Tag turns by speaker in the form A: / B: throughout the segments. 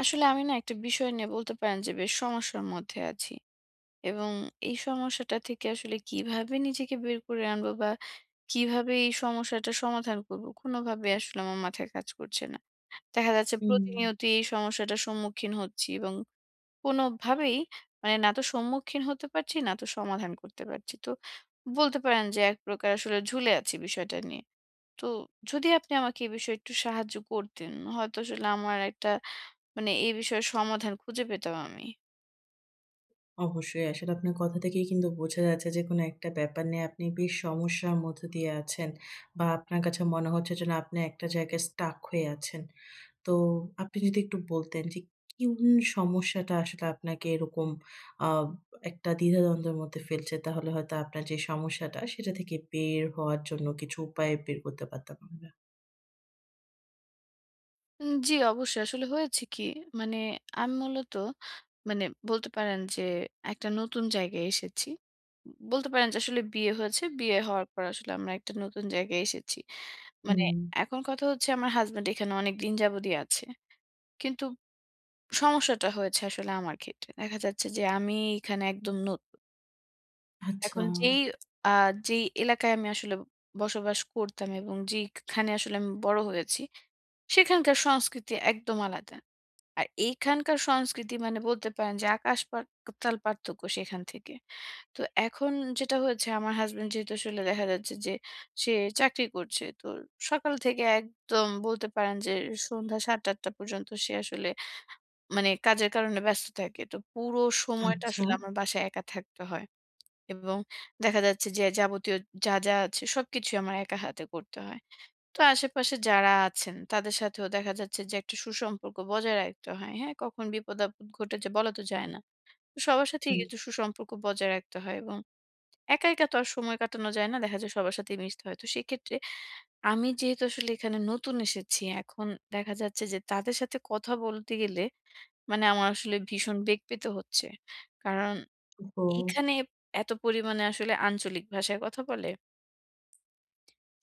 A: আসলে আমি না একটা বিষয় নিয়ে বলতে পারেন যে বেশ সমস্যার মধ্যে আছি। এবং এই সমস্যাটা থেকে আসলে কিভাবে নিজেকে বের করে আনবো বা কিভাবে এই সমস্যাটা সমাধান করবো কোনোভাবে আসলে আমার মাথায় কাজ করছে না। দেখা যাচ্ছে
B: হুম,
A: প্রতিনিয়তই এই সমস্যাটার সম্মুখীন হচ্ছি, এবং কোনোভাবেই মানে না তো সম্মুখীন হতে পারছি, না তো সমাধান করতে পারছি। তো বলতে পারেন যে এক প্রকার আসলে ঝুলে আছি বিষয়টা নিয়ে। তো যদি আপনি আমাকে এই বিষয়ে একটু সাহায্য করতেন, হয়তো আসলে আমার একটা মানে এই বিষয়ে সমাধান খুঁজে পেতাম আমি।
B: অবশ্যই। আসলে আপনার কথা থেকেই কিন্তু বোঝা যাচ্ছে যে কোনো একটা ব্যাপার নিয়ে আপনি বেশ সমস্যার মধ্য দিয়ে আছেন বা আপনার কাছে মনে হচ্ছে যেন আপনি একটা জায়গায় স্টাক হয়ে আছেন। তো আপনি যদি একটু বলতেন যে কোন সমস্যাটা আসলে আপনাকে এরকম আ একটা দ্বিধাদ্বন্দ্বের মধ্যে ফেলছে তাহলে হয়তো আপনার যে সমস্যাটা সেটা থেকে বের হওয়ার জন্য কিছু উপায় বের করতে পারতাম আমরা।
A: জি, অবশ্যই। আসলে হয়েছে কি? মানে আমি মূলত মানে বলতে পারেন যে একটা নতুন জায়গায় এসেছি। বলতে পারেন যে আসলে বিয়ে হয়েছে। বিয়ে হওয়ার পর আসলে আমরা একটা নতুন জায়গায় এসেছি। মানে
B: হুম,
A: এখন কথা হচ্ছে আমার হাসব্যান্ড এখানে অনেকদিন যাবদই আছে। কিন্তু সমস্যাটা হয়েছে আসলে আমার ক্ষেত্রে। দেখা যাচ্ছে যে আমি এখানে একদম নতুন।
B: আচ্ছা,
A: এখন আ যেই এলাকায় আমি আসলে বসবাস করতাম এবং যেইখানে আসলে আমি বড় হয়েছি, সেখানকার সংস্কৃতি একদম আলাদা। আর এইখানকার সংস্কৃতি মানে বলতে পারেন যে আকাশ পাতাল পার্থক্য সেখান থেকে। তো এখন যেটা হয়েছে, আমার হাসব্যান্ড যেহেতু আসলে দেখা যাচ্ছে যে সে চাকরি করছে। তো সকাল থেকে একদম বলতে পারেন যে সন্ধ্যা ৭:০০-৮:০০ পর্যন্ত সে আসলে মানে কাজের কারণে ব্যস্ত থাকে। তো পুরো সময়টা
B: আচ্ছা,
A: আসলে আমার বাসায় একা থাকতে হয়, এবং দেখা যাচ্ছে যে যাবতীয় যা, যা আছে সবকিছুই আমার একা হাতে করতে হয়। তো আশেপাশে যারা আছেন তাদের সাথেও দেখা যাচ্ছে যে একটা সুসম্পর্ক বজায় রাখতে হয়। হ্যাঁ? কখন বিপদ-আপদ ঘটে যে বলা তো যায় না। তো সবার সাথেই
B: ঠিক।
A: কিন্তু সুসম্পর্ক বজায় রাখতে হয়, এবং একা, একা তো আর সময় কাটানো যায় না। দেখা যায় সবার সাথেই মিশতে হয়। তো সেক্ষেত্রে আমি যেহেতু আসলে এখানে নতুন এসেছি, এখন দেখা যাচ্ছে যে তাদের সাথে কথা বলতে গেলে মানে আমার আসলে ভীষণ বেগ পেতে হচ্ছে। কারণ
B: ওহো!
A: এখানে এত পরিমাণে আসলে আঞ্চলিক ভাষায় কথা বলে।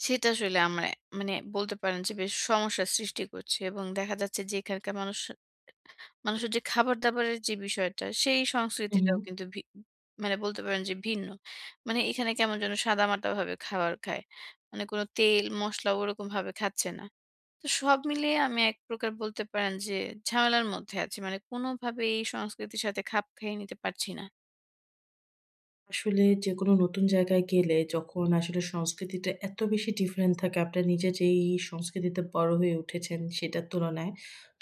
A: সেটা আসলে আমার মানে বলতে পারেন যে বেশ সমস্যার সৃষ্টি করছে, এবং দেখা যাচ্ছে যে এখানকার মানুষের যে খাবার-দাবারের যে বিষয়টা, সেই সংস্কৃতিটাও
B: হুম।
A: কিন্তু মানে বলতে পারেন যে ভিন্ন। মানে এখানে কেমন যেন সাদামাটা ভাবে খাবার খায়। মানে কোন তেল, মসলা ওরকমভাবে খাচ্ছে না। তো সব মিলিয়ে আমি এক প্রকার বলতে পারেন যে ঝামেলার মধ্যে আছি। মানে কোনোভাবে এই সংস্কৃতির সাথে খাপ খাইয়ে নিতে পারছি না।
B: আসলে যেকোনো নতুন জায়গায় গেলে যখন আসলে সংস্কৃতিটা এত বেশি ডিফারেন্ট থাকে, আপনার নিজে যেই সংস্কৃতিতে বড় হয়ে উঠেছেন সেটার তুলনায়,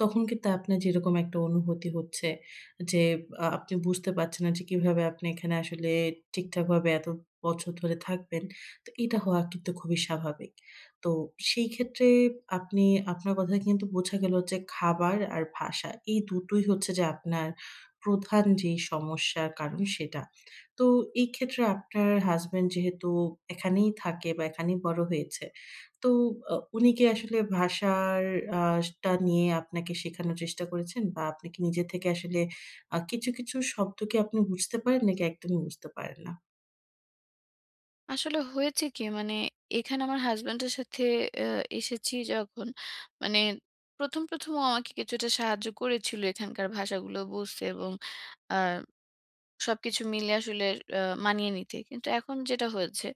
B: তখন কিন্তু আপনার যেরকম একটা অনুভূতি হচ্ছে যে, আপনি বুঝতে পারছেন না যে কিভাবে আপনি এখানে আসলে ঠিকঠাকভাবে এত বছর ধরে থাকবেন। তো এটা হওয়া কিন্তু খুবই স্বাভাবিক। তো সেই ক্ষেত্রে আপনি আপনার কথা কিন্তু বোঝা গেল যে খাবার আর ভাষা এই দুটোই হচ্ছে যে আপনার প্রধান যেই সমস্যার কারণ সেটা। তো এই ক্ষেত্রে আপনার হাসব্যান্ড যেহেতু এখানেই থাকে বা এখানেই বড় হয়েছে, তো উনি কি আসলে ভাষার আ টা নিয়ে আপনাকে শেখানোর চেষ্টা করেছেন? বা আপনি কি নিজে থেকে আসলে কিছু শব্দ কি আপনি বুঝতে পারেন নাকি একদমই বুঝতে পারেন না?
A: আসলে হয়েছে কি মানে এখানে আমার হাসব্যান্ডের সাথে এসেছি যখন মানে প্রথম প্রথম ও আমাকে কিছুটা সাহায্য করেছিল এখানকার ভাষাগুলো বুঝতে, এবং আহ, সবকিছু মিলে আসলে মানিয়ে নিতে কিন্তু এখন যেটা হয়েছে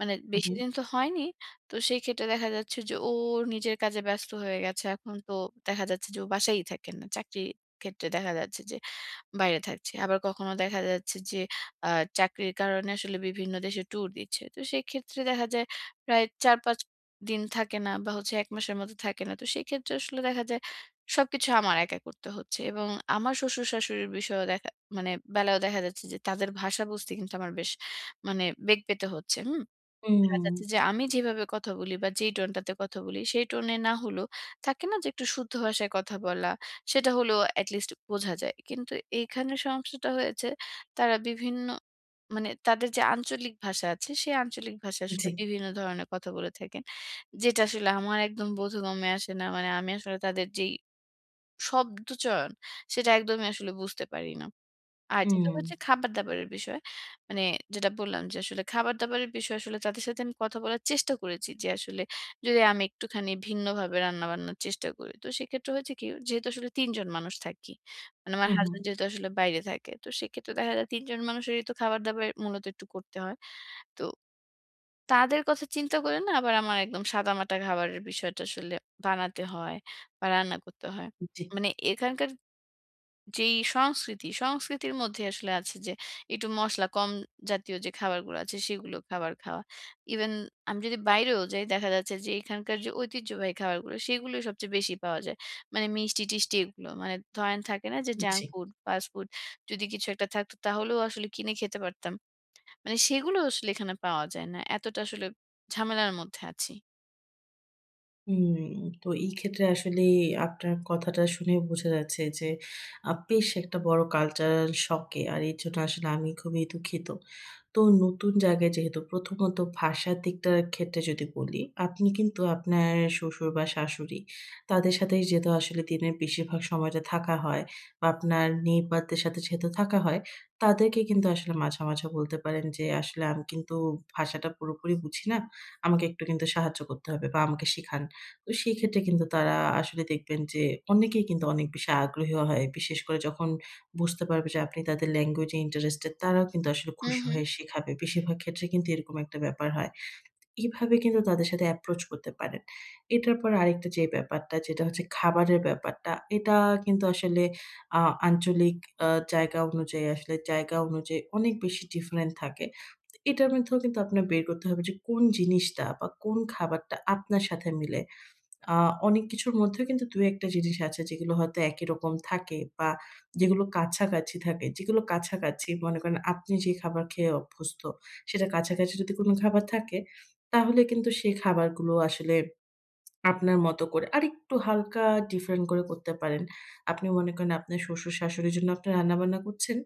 A: মানে বেশি
B: উহু,
A: দিন তো হয়নি। তো সেই ক্ষেত্রে দেখা যাচ্ছে যে ও ওর নিজের কাজে ব্যস্ত হয়ে গেছে। এখন তো দেখা যাচ্ছে যে ও বাসায়ই থাকেন না, চাকরি ক্ষেত্রে দেখা যাচ্ছে যে বাইরে থাকছি। আবার কখনো দেখা যাচ্ছে যে আ চাকরির কারণে আসলে বিভিন্ন দেশে ট্যুর দিচ্ছে। তো সেক্ষেত্রে দেখা যায় প্রায় ৪-৫ দিন থাকে না বা হচ্ছে ১ মাসের মতো থাকে না। তো সেক্ষেত্রে আসলে দেখা যায় সবকিছু আমার একা করতে হচ্ছে, এবং আমার শ্বশুর-শাশুড়ির বিষয়েও দেখা মানে বেলায়ও দেখা যাচ্ছে যে তাদের ভাষা বুঝতে কিন্তু আমার বেশ মানে বেগ পেতে হচ্ছে। হুম? দেখা
B: হুম,
A: যাচ্ছে যে আমি যেভাবে কথা বলি বা যেই টোনটাতে কথা বলি সেই টোনে না হলেও থাকে না যে একটু শুদ্ধ ভাষায় কথা বলা সেটা হলেও অ্যাটলিস্ট বোঝা যায়, কিন্তু এইখানে সমস্যাটা হয়েছে তারা বিভিন্ন মানে তাদের যে আঞ্চলিক ভাষা আছে সেই আঞ্চলিক ভাষা আসলে
B: জি,
A: বিভিন্ন ধরনের কথা বলে থাকেন, যেটা আসলে আমার একদম বোধগম্যে আসে না। মানে আমি আসলে তাদের যেই শব্দচয়ন সেটা একদমই আসলে বুঝতে পারি না। আর যেটা
B: হুম,
A: হচ্ছে খাবার-দাবারের বিষয়। মানে যেটা বললাম যে আসলে খাবার-দাবারের বিষয়ে আসলে তাদের সাথে আমি কথা বলার চেষ্টা করেছি যে আসলে যদি আমি একটুখানি ভিন্নভাবে রান্নাবান্নার চেষ্টা করি। তো সেক্ষেত্রে হয়েছে কি, যেহেতু আসলে ৩ জন মানুষ থাকি। মানে আমার
B: হুম, হুম,
A: হাসব্যান্ড যেহেতু আসলে বাইরে থাকে। তো সেক্ষেত্রে দেখা যায় ৩ জন মানুষেরই তো খাবার-দাবার মূলত একটু করতে হয়। তো তাদের কথা চিন্তা করে না আবার আমার একদম সাদামাটা খাবারের বিষয়টা আসলে বানাতে হয় বা রান্না করতে হয়।
B: জি,
A: মানে এখানকার যেই সংস্কৃতির মধ্যে আসলে আছে যে একটু মসলা কম জাতীয় যে খাবারগুলো আছে, সেগুলো খাবার খাওয়া। ইভেন আমি যদি বাইরেও যাই দেখা যাচ্ছে যে এখানকার যে ঐতিহ্যবাহী খাবারগুলো সেগুলোই সবচেয়ে বেশি পাওয়া যায়। মানে মিষ্টি-টিষ্টি এগুলো। মানে ধরেন থাকে না যে জাঙ্ক
B: জি।
A: ফুড, ফাস্ট ফুড যদি কিছু একটা থাকতো তাহলেও আসলে কিনে খেতে পারতাম। মানে সেগুলো আসলে এখানে পাওয়া যায় না। এতটা আসলে ঝামেলার মধ্যে আছি।
B: হুম, তো এই ক্ষেত্রে আসলেই আপনার কথাটা শুনে বোঝা যাচ্ছে যে বেশ একটা বড় কালচারাল শকে। আর এর জন্য আসলে আমি খুবই দুঃখিত। তো নতুন জায়গায় যেহেতু প্রথমত ভাষার দিকটার ক্ষেত্রে যদি বলি, আপনি কিন্তু আপনার শ্বশুর বা শাশুড়ি তাদের সাথেই যেহেতু আসলে দিনের বেশিরভাগ সময়টা থাকা হয় বা আপনার নেইবারদের সাথে যেহেতু থাকা হয়, তাদেরকে কিন্তু আসলে মাঝে, মাঝে বলতে পারেন যে, "আসলে আমি কিন্তু ভাষাটা পুরোপুরি বুঝি না। আমাকে একটু কিন্তু সাহায্য করতে হবে বা আমাকে শিখান।" তো সেই ক্ষেত্রে কিন্তু তারা আসলে দেখবেন যে অনেকেই কিন্তু অনেক বেশি আগ্রহী হয়। বিশেষ করে যখন বুঝতে পারবে যে আপনি তাদের ল্যাঙ্গুয়েজ এ ইন্টারেস্টেড, তারাও কিন্তু আসলে
A: হু,
B: খুশি
A: হু।
B: হয়ে শেখাবে। বেশিরভাগ ক্ষেত্রে কিন্তু এরকম একটা ব্যাপার হয়। এভাবে কিন্তু তাদের সাথে অ্যাপ্রোচ করতে পারেন। এটার পর আরেকটা যে ব্যাপারটা যেটা হচ্ছে খাবারের ব্যাপারটা, এটা কিন্তু আসলে আ আঞ্চলিক আ জায়গা অনুযায়ী অনেক বেশি ডিফারেন্ট থাকে। এটার মধ্যেও কিন্তু আপনার বের করতে হবে যে কোন জিনিসটা বা কোন খাবারটা আপনার সাথে মিলে। আ অনেক কিছুর মধ্যেও কিন্তু ২ ১ টা জিনিস আছে যেগুলো হয়তো একই রকম থাকে বা যেগুলো কাছাকাছি থাকে। যেগুলো কাছাকাছি মনে করেন আপনি যে খাবার খেয়ে অভ্যস্ত, সেটা কাছাকাছি যদি কোনো খাবার থাকে, তাহলে কিন্তু সেই খাবারগুলো আসলে আপনার মতো করে আরেকটু হালকা ডিফারেন্ট করে করতে পারেন। আপনি মনে করেন আপনার শ্বশুর-শাশুড়ির জন্য আপনি রান্নাবান্না করছেন।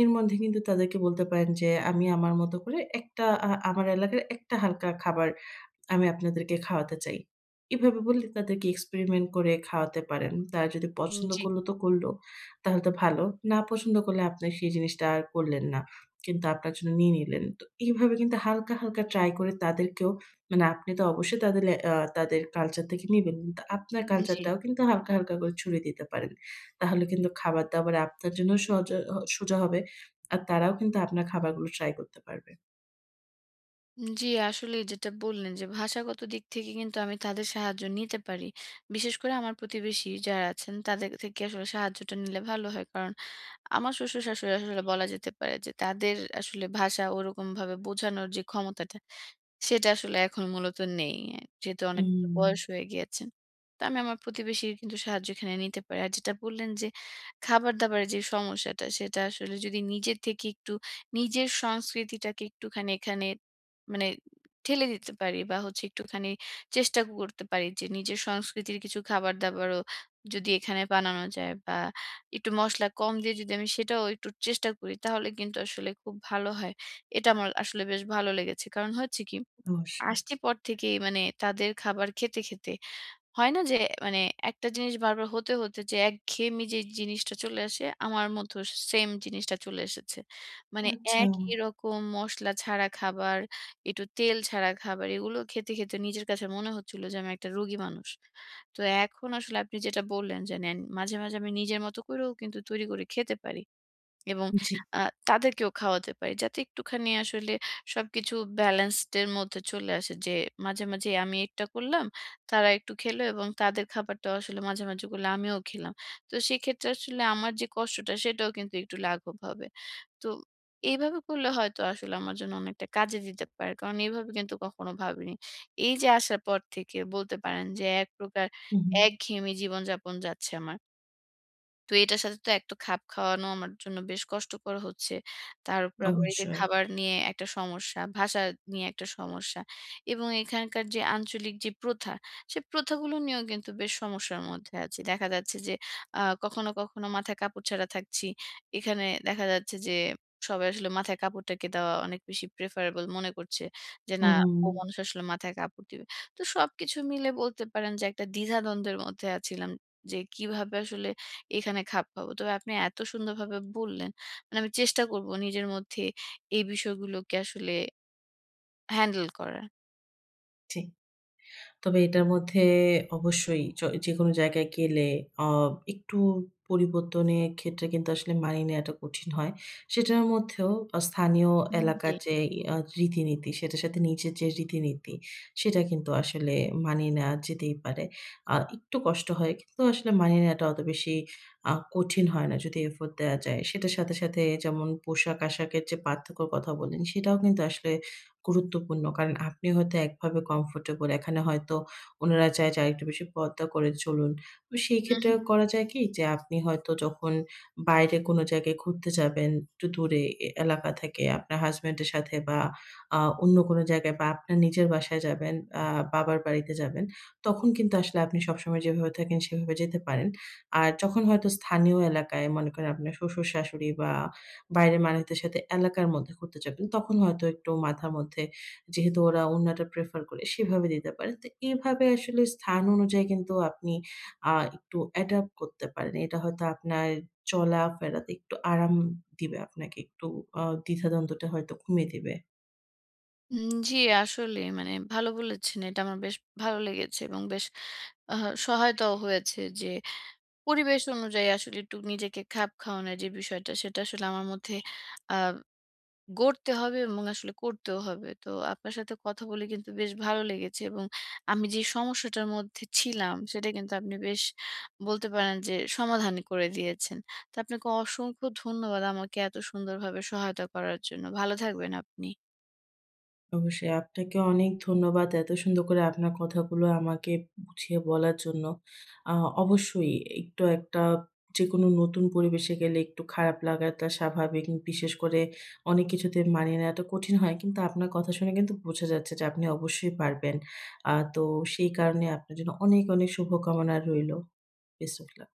B: এর মধ্যে কিন্তু তাদেরকে বলতে পারেন যে, "আমি আমার মতো করে একটা আমার এলাকার একটা হালকা খাবার" আমি আপনাদেরকে খাওয়াতে চাই। এভাবে বললে তাদেরকে experiment করে খাওয়াতে পারেন। তারা যদি পছন্দ
A: জি,
B: করল তো করল। তাহলে তো ভালো। না পছন্দ করলে আপনি সেই জিনিসটা আর করলেন না। কিন্তু আপনার জন্য নিয়ে নিলেন। তো এইভাবে কিন্তু হালকা, হালকা ট্রাই করে তাদেরকেও মানে আপনি তো অবশ্যই তাদের লে আ তাদের কালচার থেকে নিবেন। কিন্তু আপনার
A: জি।
B: কালচারটাও কিন্তু হালকা, হালকা করে ছড়িয়ে দিতে পারেন। তাহলে কিন্তু খাবার-দাবার আপনার জন্যও সজা হ সোজা হবে। আর তারাও কিন্তু আপনার খাবারগুলো ট্রাই করতে পারবে।
A: জি, আসলে যেটা বললেন যে ভাষাগত দিক থেকে কিন্তু আমি তাদের সাহায্য নিতে পারি। বিশেষ করে আমার প্রতিবেশী যারা আছেন তাদের থেকে আসলে সাহায্যটা নিলে ভালো হয়। কারণ আমার শ্বশুর-শাশুড়ি আসলে বলা যেতে পারে যে তাদের আসলে ভাষা ওরকমভাবে বোঝানোর যে ক্ষমতাটা সেটা আসলে এখন মূলত নেই। যেহেতু অনেকটা
B: হুম,
A: বয়স হয়ে গিয়েছে। তো আমি আমার প্রতিবেশীর কিন্তু সাহায্য এখানে নিতে পারি। আর যেটা বললেন যে, খাবার-দাবারের যে সমস্যাটা, সেটা আসলে যদি নিজের থেকে একটু নিজের সংস্কৃতিটাকে একটুখানি এখানে মানে ঠেলে দিতে পারি বা হচ্ছে একটুখানি চেষ্টা করতে পারি যে, নিজের সংস্কৃতির কিছু খাবার-দাবারও যদি এখানে বানানো যায় বা একটু মসলা কম দিয়ে যদি আমি সেটাও একটু চেষ্টা করি, তাহলে কিন্তু আসলে খুব ভালো হয়। এটা আমার আসলে বেশ ভালো লেগেছে। কারণ হচ্ছে কি,
B: অবশ্যই।
A: আসছি পর থেকেই মানে তাদের খাবার খেতে, খেতে হয় না যে মানে একটা জিনিস বারবার হতে, হতে যে একঘেয়েমি যে জিনিসটা চলে আসে, আমার মধ্যেও সেইম জিনিসটা চলে এসেছে। মানে
B: আচ্ছা,
A: একই রকম মসলা ছাড়া খাবার, একটু তেল ছাড়া খাবার এগুলো খেতে, খেতে নিজের কাছে মনে হচ্ছিল যে আমি একটা রোগী মানুষ। তো এখন আসলে আপনি যেটা বললেন যে নেন মাঝে, মাঝে আমি নিজের মতো করেও কিন্তু তৈরি করে খেতে পারি। এবং
B: জি।
A: আ তাদেরকেও খাওয়াতে পারি। যাতে একটুখানি আসলে সবকিছু ব্যালেন্সড এর মধ্যে চলে আসে। যে মাঝে, মাঝে আমি একটা করলাম, তারা একটু খেলো, এবং তাদের খাবারটাও আসলে মাঝে, মাঝে করলে আমিও খেলাম। তো সেক্ষেত্রে আসলে আমার যে কষ্টটা সেটাও কিন্তু একটু লাঘব হবে। তো এইভাবে করলে হয়তো আসলে আমার জন্য অনেকটা কাজে দিতে পারে। কারণ এইভাবে কিন্তু কখনো ভাবিনি। এই যে আসার পর থেকে বলতে পারেন যে এক প্রকার
B: হুম, হুম।
A: একঘেয়েমি জীবনযাপন যাচ্ছে আমার। তো এটার সাথে তো এক তো খাপ খাওয়ানো আমার জন্য বেশ কষ্টকর হচ্ছে। তার উপর আবার এই যে
B: অবশ্যই।
A: খাবার নিয়ে একটা সমস্যা, ভাষা নিয়ে একটা সমস্যা, এবং এখানকার যে আঞ্চলিক যে প্রথা, সে প্রথাগুলো নিয়েও কিন্তু বেশ সমস্যার মধ্যে আছি। দেখা যাচ্ছে যে কখনো, কখনো মাথায় কাপড় ছাড়া থাকছি। এখানে দেখা যাচ্ছে যে সবাই আসলে মাথায় কাপড়টাকে দেওয়া অনেক বেশি preferable মনে করছে। যে না
B: হুম,
A: ও মানুষ আসলে মাথায় কাপড় দিবে। তো সবকিছু মিলে বলতে পারেন যে একটা দ্বিধাদ্বন্দ্বের মধ্যে আছিলাম যে কিভাবে আসলে এখানে খাপ খাবো। তবে আপনি এত সুন্দরভাবে বললেন। মানে আমি চেষ্টা করব নিজের মধ্যে এই বিষয়গুলোকে আসলে হ্যান্ডেল করার।
B: ঠিক। তবে এটার মধ্যে অবশ্যই যেকোনো জায়গায় গেলে অ একটু পরিবর্তনের ক্ষেত্রে কিন্তু আসলে মানিয়ে নেওয়াটা কঠিন হয়। সেটার মধ্যেও স্থানীয়
A: হুম, জি।
B: এলাকার যে আ রীতিনীতি সেটার সাথে নিজের যে রীতিনীতি সেটা কিন্তু আসলে মানিয়ে নেওয়া যেতেই পারে। একটু কষ্ট হয় কিন্তু আসলে মানিয়ে নেওয়াটা অত বেশি কঠিন হয় না যদি এফোর্ট দেওয়া যায়। সেটার সাথে যেমন পোশাক-আশাকের যে পার্থক্যর কথা বললেন সেটাও কিন্তু আসলে গুরুত্বপূর্ণ। কারণ আপনি হয়তো একভাবে কমফোর্টেবল। এখানে হয়তো উনারা চায় যে আরেকটু বেশি পর্দা করে চলুন। তো সেই
A: হুম,
B: ক্ষেত্রে
A: হুম।
B: করা যায় কি যে আপনি হয়তো যখন বাইরে কোনো জায়গায় ঘুরতে যাবেন, একটু দূরে এলাকা থেকে আপনার হাসব্যান্ডের সাথে বা অন্য কোনো জায়গায় বা আপনার নিজের বাসায় যাবেন, আ বাবার বাড়িতে যাবেন, তখন কিন্তু আসলে আপনি সবসময় যেভাবে থাকেন সেভাবে যেতে পারেন। আর যখন হয়তো স্থানীয় এলাকায় মনে করেন আপনার শ্বশুর-শাশুড়ি বা বাইরের মানুষদের সাথে এলাকার মধ্যে ঘুরতে যাবেন, তখন হয়তো একটু মাথার মধ্যে যেহেতু ওরা ওড়নাটা প্রেফার করে সেভাবে দিতে পারেন। তো এভাবে আসলে স্থান অনুযায়ী কিন্তু আপনি একটু অ্যাডাপ্ট করতে পারেন। এটা হয়তো আপনার চলাফেরাতে একটু আরাম দিবে আপনাকে, একটু দ্বিধাদ্বন্দ্বটা হয়তো কমিয়ে দিবে।
A: জি, আসলে মানে ভালো বলেছেন। এটা আমার বেশ ভালো লেগেছে এবং বেশ আ সহায়তাও হয়েছে যে পরিবেশ অনুযায়ী আসলে একটু নিজেকে খাপ খাওয়ানোর যে বিষয়টা সেটা আসলে আমার মধ্যে আ গড়তে হবে এবং আসলে করতেও হবে। তো আপনার সাথে কথা বলে কিন্তু বেশ ভালো লেগেছে, এবং আমি যে সমস্যাটার মধ্যে ছিলাম সেটা কিন্তু আপনি বেশ বলতে পারেন যে সমাধান করে দিয়েছেন। তো আপনাকে অসংখ্য ধন্যবাদ আমাকে এত সুন্দরভাবে সহায়তা করার জন্য। ভালো থাকবেন আপনি।
B: অবশ্যই। আপনাকে অনেক ধন্যবাদ এত সুন্দর করে আপনার কথাগুলো আমাকে বুঝিয়ে বলার জন্য। আ অবশ্যই একটা যেকোনো নতুন পরিবেশে গেলে একটু খারাপ লাগাটা স্বাভাবিক। বিশেষ করে অনেক কিছুতে মানিয়ে নেওয়াটা কঠিন হয়। কিন্তু আপনার কথা শুনে কিন্তু বোঝা যাচ্ছে যে আপনি অবশ্যই পারবেন। তো সেই কারণে আপনার জন্য অনেক, অনেক শুভকামনা রইলো। Best of lakh.